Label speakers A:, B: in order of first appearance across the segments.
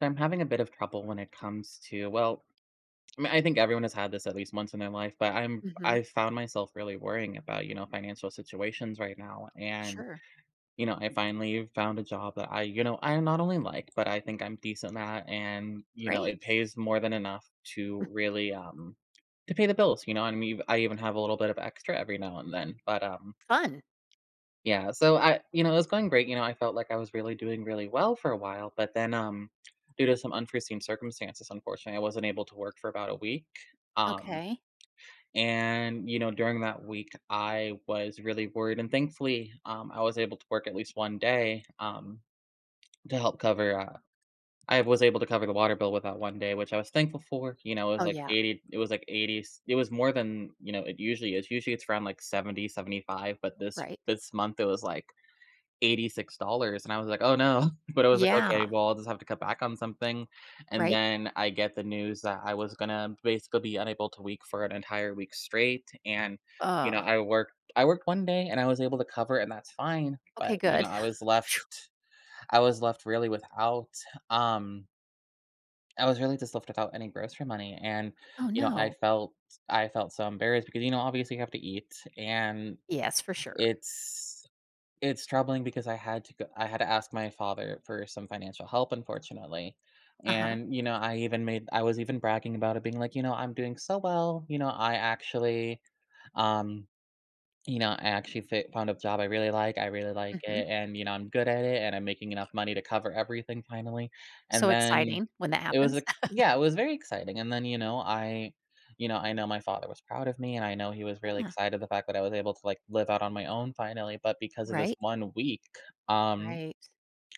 A: So I'm having a bit of trouble when it comes to, well, I mean, I think everyone has had this at least once in their life, but I'm
B: Mhm.
A: I've found myself really worrying about, financial situations right now. And,
B: Sure.
A: you know, I finally found a job that I not only like, but I think I'm decent at, and,
B: Great.
A: it pays more than enough to really to pay the bills, and I mean, I even have a little bit of extra every now and then. But
B: Fun.
A: yeah, it was going great, I felt like I was really doing really well for a while, but then, due to some unforeseen circumstances, unfortunately, I wasn't able to work for about a week. um,
B: Okay.
A: During that week, I was really worried, and thankfully, I was able to work at least 1 day, to help cover, uh I was able to cover the water bill with that 1 day, which I was thankful for. you know, it
B: Oh,
A: was like
B: yeah.
A: 80. It was more than, it usually is. Usually it's around like 70, 75, but this
B: Right.
A: this month it was like $86, and I was like, "Oh, no." But I was like, "Okay,
B: Yeah.
A: well, I'll just have to cut back on something." And
B: Right.
A: then I get the news that I was gonna basically be unable to week for an entire week straight, and,
B: Oh.
A: I worked 1 day and I was able to cover, and that's fine,
B: Okay,
A: but,
B: good.
A: I was
B: Phew.
A: left I was left really without, um I was really just left without any grocery money, and,
B: Oh,
A: you know, I
B: no.
A: felt I felt so embarrassed because, obviously you have to eat, and
B: Yes, for sure.
A: it's it's troubling because I had to ask my father for some financial help, unfortunately.
B: Uh-huh.
A: And, I was even bragging about it, being like, "You know, I'm doing so well, you know, I actually, um, I actually fi found a job I really like
B: Mhm.
A: it, and you know, I'm good at it, and I'm making enough money to cover everything finally." And
B: So
A: then
B: exciting when that
A: it was
B: happens.
A: like, yeah, it was very exciting, and then, you know, I know my father was proud of me, and I know he was really
B: Yeah.
A: excited the fact that I was able to, like, live out on my own finally, but because of this
B: Right.
A: 1 week, um
B: Right.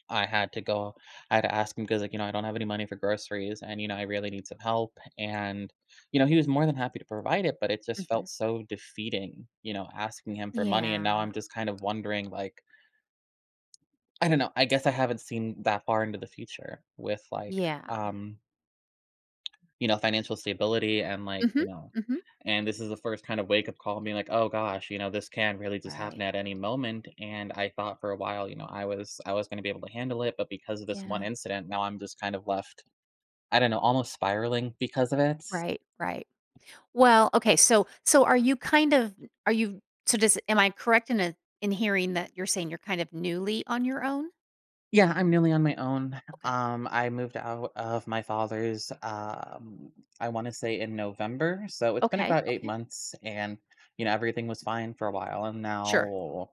A: I had to go I had to ask him because, like, you know, I don't have any money for groceries and, you know, I really need some help. And, you know, he was more than happy to provide it, but it just
B: Mhm.
A: felt so defeating, you know, asking him for money. And now
B: Yeah.
A: I'm just kind of wondering, like, I don't know. I guess I haven't seen that far into the future with, like,
B: Yeah.
A: um you know, financial stability and, like,
B: Mhm.
A: you know.
B: Mhm.
A: And this is the first kind of wake up call, being like, "Oh gosh, you know, this can really just happen
B: Right.
A: at any moment." And I thought for a while, I was going to be able to handle it, but because of this one
B: Yeah.
A: incident, now I'm just kind of left, I don't know, almost spiraling because of it.
B: Right. Right. Well, okay, so are you kind of, are you, so does am I correct in a in hearing that you're saying you're kind of newly on your own?
A: Yeah, I'm newly on my own.
B: Okay.
A: I moved out of my father's, I want to say in November. So it's been
B: Okay.
A: about 8
B: Okay.
A: months, and you know, everything was fine for a while, and
B: Sure.
A: now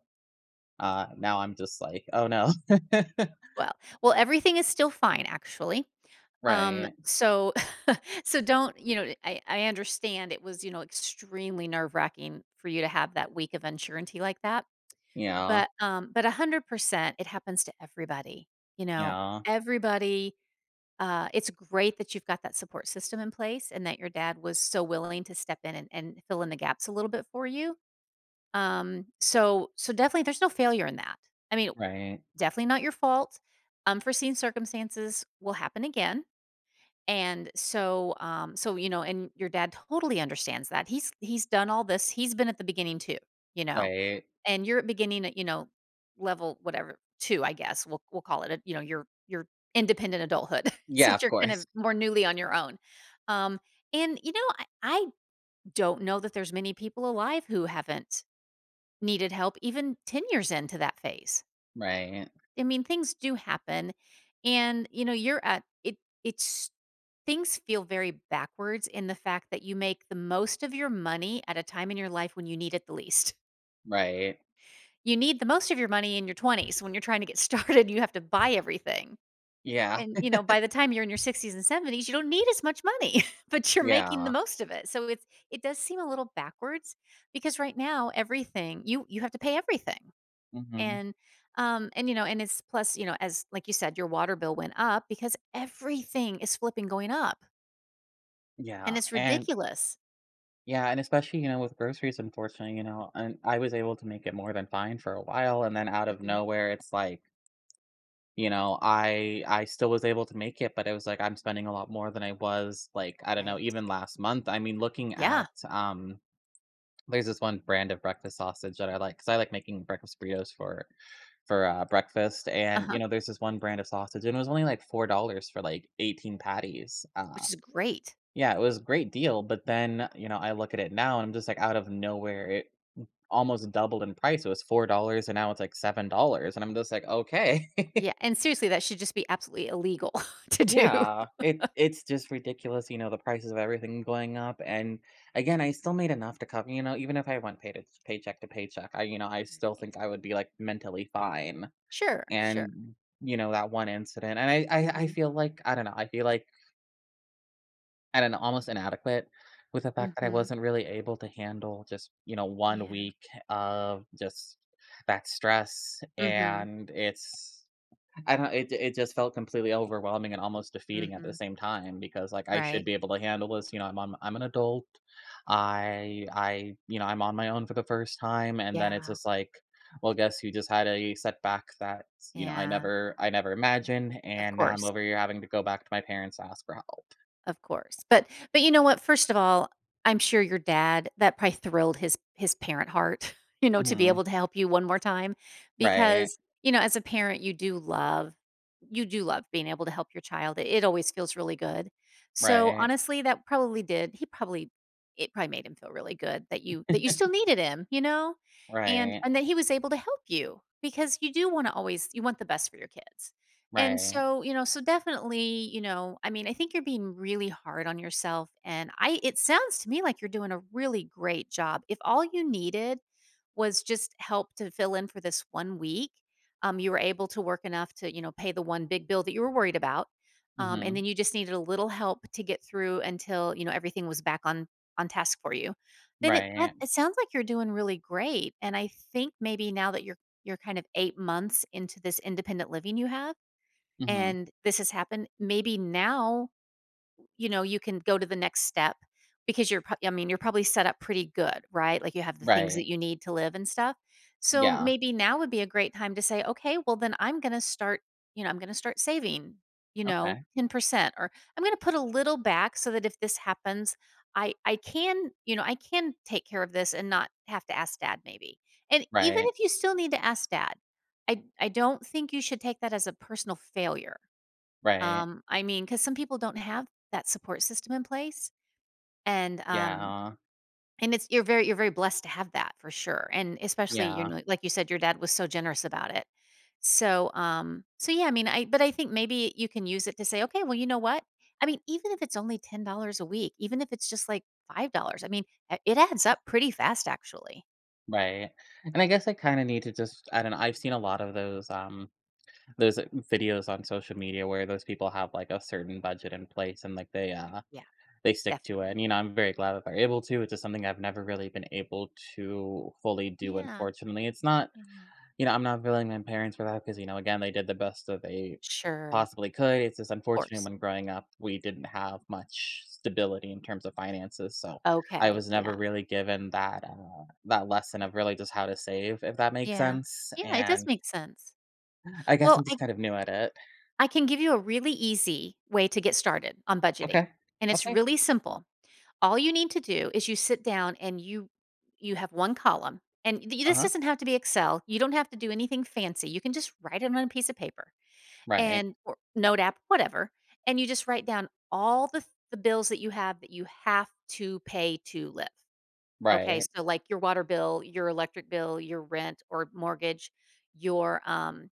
A: now I'm just like, "Oh no."
B: Well well, everything is still fine, actually. Um,
A: Right.
B: so so don't you know, I understand it was, you know, extremely nerve-wracking for you to have that week of uncertainty like that,
A: Yeah.
B: but 100%, it happens to everybody, you know?
A: Yeah.
B: Everybody, it's great that you've got that support system in place and that your dad was so willing to step in and fill in the gaps a little bit for you. So so definitely there's no failure in that. I mean,
A: Right.
B: Definitely not your fault. Unforeseen circumstances will happen again. And so, so you know, and your dad totally understands that. He's done all this. He's been at the beginning too, you know,
A: Right.
B: and you're at beginning at, you know, level whatever two, I guess we'll call it. A, you know, your independent adulthood,
A: Yeah,
B: since
A: of
B: you're kind of
A: course.
B: more newly on your own. Um, and you know, I don't know that there's many people alive who haven't needed help even 10 years into that phase.
A: Right.
B: I mean, things do happen. And, you know, you're at it, it's things feel very backwards in the fact that you make the most of your money at a time in your life when you need it the least.
A: Right.
B: You need the most of your money in your 20s when you're trying to get started, you have to buy everything.
A: Yeah.
B: And, you know, by the time you're in your 60s and 70s, you don't need as much money, but you're making the
A: Yeah.
B: most of it. So it's, it does seem a little backwards because right now everything, you have to pay everything
A: Mhm.
B: and you know, and it's plus, you know, as like you said, your water bill went up because everything is flipping going up and
A: Yeah,
B: it's
A: and
B: ridiculous.
A: yeah, and especially, you know, with groceries, unfortunately, and I was able to make it more than fine for a while, and then out of
B: Mhm.
A: nowhere, it's like, I still was able to make it, but it was like I'm spending a lot more than I was, like, I don't know,
B: Right.
A: even last month. I mean, looking
B: Yeah.
A: at, there's this one brand of breakfast sausage that I like because I like making breakfast burritos for breakfast, and, you
B: Uh-huh.
A: know, there's this one brand of sausage, and it was only, like, $4 for, like, 18 patties,
B: Which is great.
A: yeah, it was a great deal, but then, you know, I look at it now, and I'm just like, out of nowhere, it almost doubled in price. It was $4, and now it's, like, $7, and I'm just like, "Okay."
B: Yeah. And seriously, that should just be absolutely illegal to do.
A: Yeah, it's just ridiculous, you know, the prices of everything going up. And, again, I still made enough to cover, you know, even if I went pay to paycheck, I still
B: Right.
A: think I would be, like, mentally fine.
B: Sure, sure.
A: And, you know, that one incident, and I
B: Mhm.
A: feel like I don't know, I feel like I don't know, almost inadequate with the fact that I
B: Mhm.
A: wasn't really able to handle just, you know, 1
B: Yeah.
A: week of just that stress,
B: Mhm.
A: and it's, I don't, it just felt completely overwhelming and almost defeating at the
B: Mhm.
A: same time because, like, I should
B: Right.
A: be able to handle this. I'm an adult. I You know, I'm on my own for the first time, and then it's
B: Yeah.
A: just like, well, guess who just had a setback that, you know,
B: Yeah.
A: I never imagined,
B: Of
A: and now I'm
B: course.
A: over here having to go back to my parents to ask for help.
B: Of course, but you know what? First of all, I'm sure your dad, that probably thrilled his parent heart, you know, to be
A: Mhm.
B: able to help you one more time
A: Right.
B: because, you know, as a parent, you do love, you do love being able to help your child. It always feels really good. So,
A: Right.
B: honestly, that probably, did he probably it probably made him feel really good that you, that you still needed him, you know? And
A: Right.
B: that he was able to help you because you do wanna always, you want the best for your kids. And
A: Right.
B: so, you know, so definitely, you know, I mean, I think you're being really hard on yourself and I, it sounds to me like you're doing a really great job. If all you needed was just help to fill in for this 1 week, you were able to work enough to, you know, pay the one big bill that you were worried about. And
A: Mhm.
B: then you just needed a little help to get through until, you know, everything was back on task for you.
A: Right.
B: It sounds like you're doing really great and I think maybe now that you're kind of 8 months into this independent living you have
A: Mhm.
B: and this has happened. Maybe now, you know, you can go to the next step because you're, I mean, you're probably set up pretty good, right? Like you have the things
A: Right.
B: that you need to live and stuff. So
A: Yeah.
B: maybe now would be a great time to say, okay, well, then I'm going to start, you know, I'm going to start saving, you know,
A: Okay.
B: 10% or I'm going to put a little back so that if this happens, I can, you know, I can take care of this and not have to ask dad maybe. And even
A: Right.
B: if you still need to ask dad, I don't think you should take that as a personal failure.
A: Right.
B: I mean, because some people don't have that support system in place, and um,
A: Yeah.
B: and it's, you're very blessed to have that for sure, and especially, you
A: Yeah.
B: know, like you said, your dad was so generous about it. So, so yeah, I mean, I, but I think maybe you can use it to say, okay, well, you know what? I mean, even if it's only $10 a week, even if it's just like $5, I mean, it adds up pretty fast, actually.
A: Right, and I guess I kinda need to just, I don't know, I've seen a lot of those, those uh, videos on social media where those people have, like, a certain budget in place and, like,
B: Yeah,
A: they stick to it,
B: definitely.
A: and, you know, I'm very glad that they're able to. It's just something I've never really been able to fully do,
B: Yeah,
A: unfortunately. It's not,
B: yeah,
A: you know, I'm not blaming my parents for that because, you know, again, they did the best that they
B: sure,
A: possibly could. It's just
B: of
A: unfortunate
B: course.
A: when growing up, we didn't have much stability in terms of finances, so I
B: Okay,
A: was never
B: yeah,
A: really given that, that lesson
B: yeah,
A: of really just how to save, if that makes
B: yeah,
A: sense,
B: yeah. It does
A: and
B: make sense.
A: I guess
B: Well,
A: I'm
B: I
A: just kind of new at it.
B: I can give you a really easy way to get started on budgeting,
A: Okay.
B: and it's
A: Okay.
B: really simple. All you need to do is you sit down and you have one column, and this
A: Uh-huh.
B: doesn't have to be Excel. You don't have to do anything fancy. You can just write it on a piece of paper
A: Right.
B: and or Note app, whatever, and you just write down all the bills that you have to pay to live. Okay,
A: Right.
B: so like your water bill, your electric bill, your rent or mortgage, your um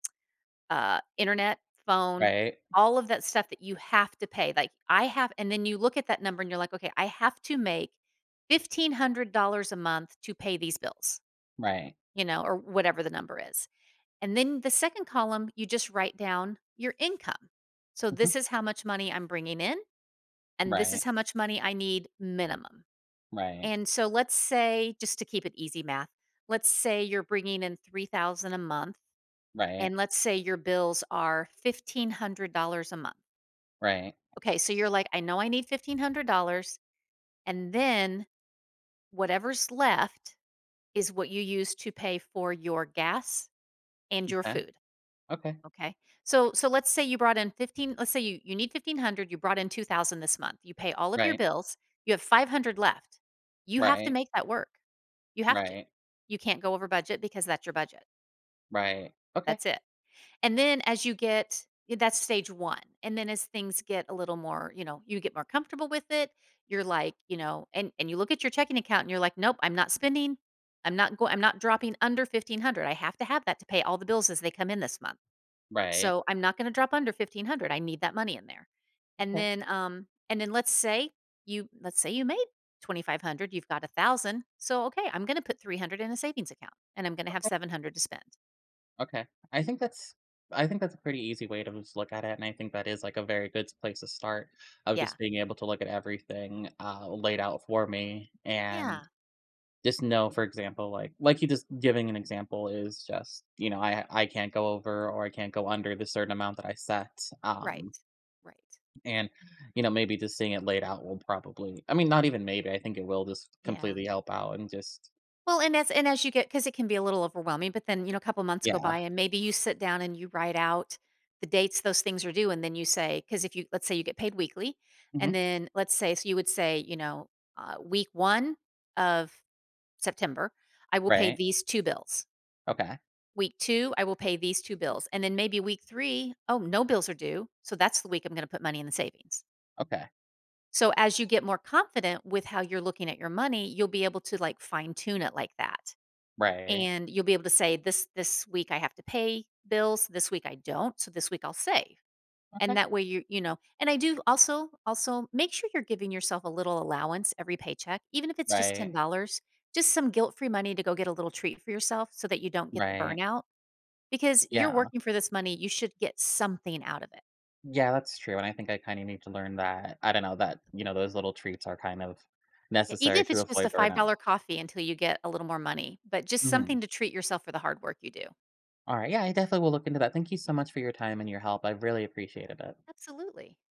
B: uh, internet, phone,
A: Right.
B: all of that stuff that you have to pay. Like I have, and then you look at that number and you're like, okay, I have to make $1,500 a month to pay these bills,
A: Right.
B: you know, or whatever the number is. And then the second column, you just write down your income. So
A: Mhm.
B: this is how much money I'm bringing in, and this is
A: Right.
B: how much money I need minimum.
A: Right.
B: And so let's say, just to keep it easy math, let's say you're bringing in 3000 a month
A: Right.
B: and let's say your bills are $1,500 a month.
A: Right.
B: Okay, so you're like, I know I need $1,500. And then whatever's left is what you use to pay for your gas and your
A: Okay.
B: food.
A: Okay.
B: Okay. So let's say you brought in 15, let's say you need 1500, you brought in 2000 this month. You pay all of your
A: Right.
B: bills, you have 500 left. You have to
A: Right.
B: make that work. You have to.
A: Right.
B: You can't go over budget because that's your budget.
A: Right. Okay.
B: That's it. And then as you get, yeah, that's stage 1. And then as things get a little more, you know, you get more comfortable with it, you're like, you know, and you look at your checking account and you're like, "Nope, I'm not spending. I'm not going, I'm not dropping under 1,500. I have to have that to pay all the bills as they come in this month.
A: Right.
B: So, I'm not gonna drop under 1,500. I need that money in there."
A: Okay.
B: And then let's say you made 2,500, you've got 1,000. So, okay, I'm gonna put 300 in a savings account, and I'm gonna have 700 to spend.
A: Okay. I think that's a pretty easy way to just look at it, and I think that is, like, a very good place to start, of
B: Yeah.
A: just being able to look at everything, laid out for me and
B: Yeah.
A: just know, for example, like you just giving an example. Is just, you know, I can't go over or I can't go under the certain amount that I set, um,
B: Right. Right.
A: and, you know, maybe just seeing it laid out will probably, I mean, not even maybe, I think it will just
B: Yeah.
A: completely help out and just,
B: Well, and as, you get, because it can be a little overwhelming, but then, you know, a couple months go by
A: yeah.
B: and maybe you sit down and you write out the dates those things are due. And then you say, because if you, let's say you get paid weekly, and
A: Mhm.
B: then let's say, so you would say, you know, week one of September, I will pay
A: Right.
B: these two bills.
A: Okay.
B: Week two, I will pay these two bills. And then maybe week three, oh, no bills are due. So that's the week I'm going to put money in the savings.
A: Okay.
B: So as you get more confident with how you're looking at your money, you'll be able to like fine tune it like that.
A: Right.
B: And you'll be able to say this week I have to pay bills, this week I don't, so this week I'll save. And
A: Okay.
B: that way you, you know, and I do also, make sure you're giving yourself a little allowance every paycheck, even if it's just
A: Right.
B: $10, just some guilt-free money to go get a little treat for yourself so that you don't get the
A: Right.
B: burnout because you're
A: Yeah.
B: working for this money, you should get something out of it.
A: Yeah, that's true, and I think I kinda need to learn that, I don't know, that, you know, those little treats are kind of
B: Yeah, even
A: necessary
B: if
A: to
B: it's just a
A: avoid burnout.
B: $5 coffee until you get a little more money, but just
A: Mhm.
B: something to treat yourself for the hard work you do.
A: Alright, yeah, I definitely will look into that. Thank you
B: Yeah,
A: so much for your time and your help. I've really appreciated it.
B: absolutely.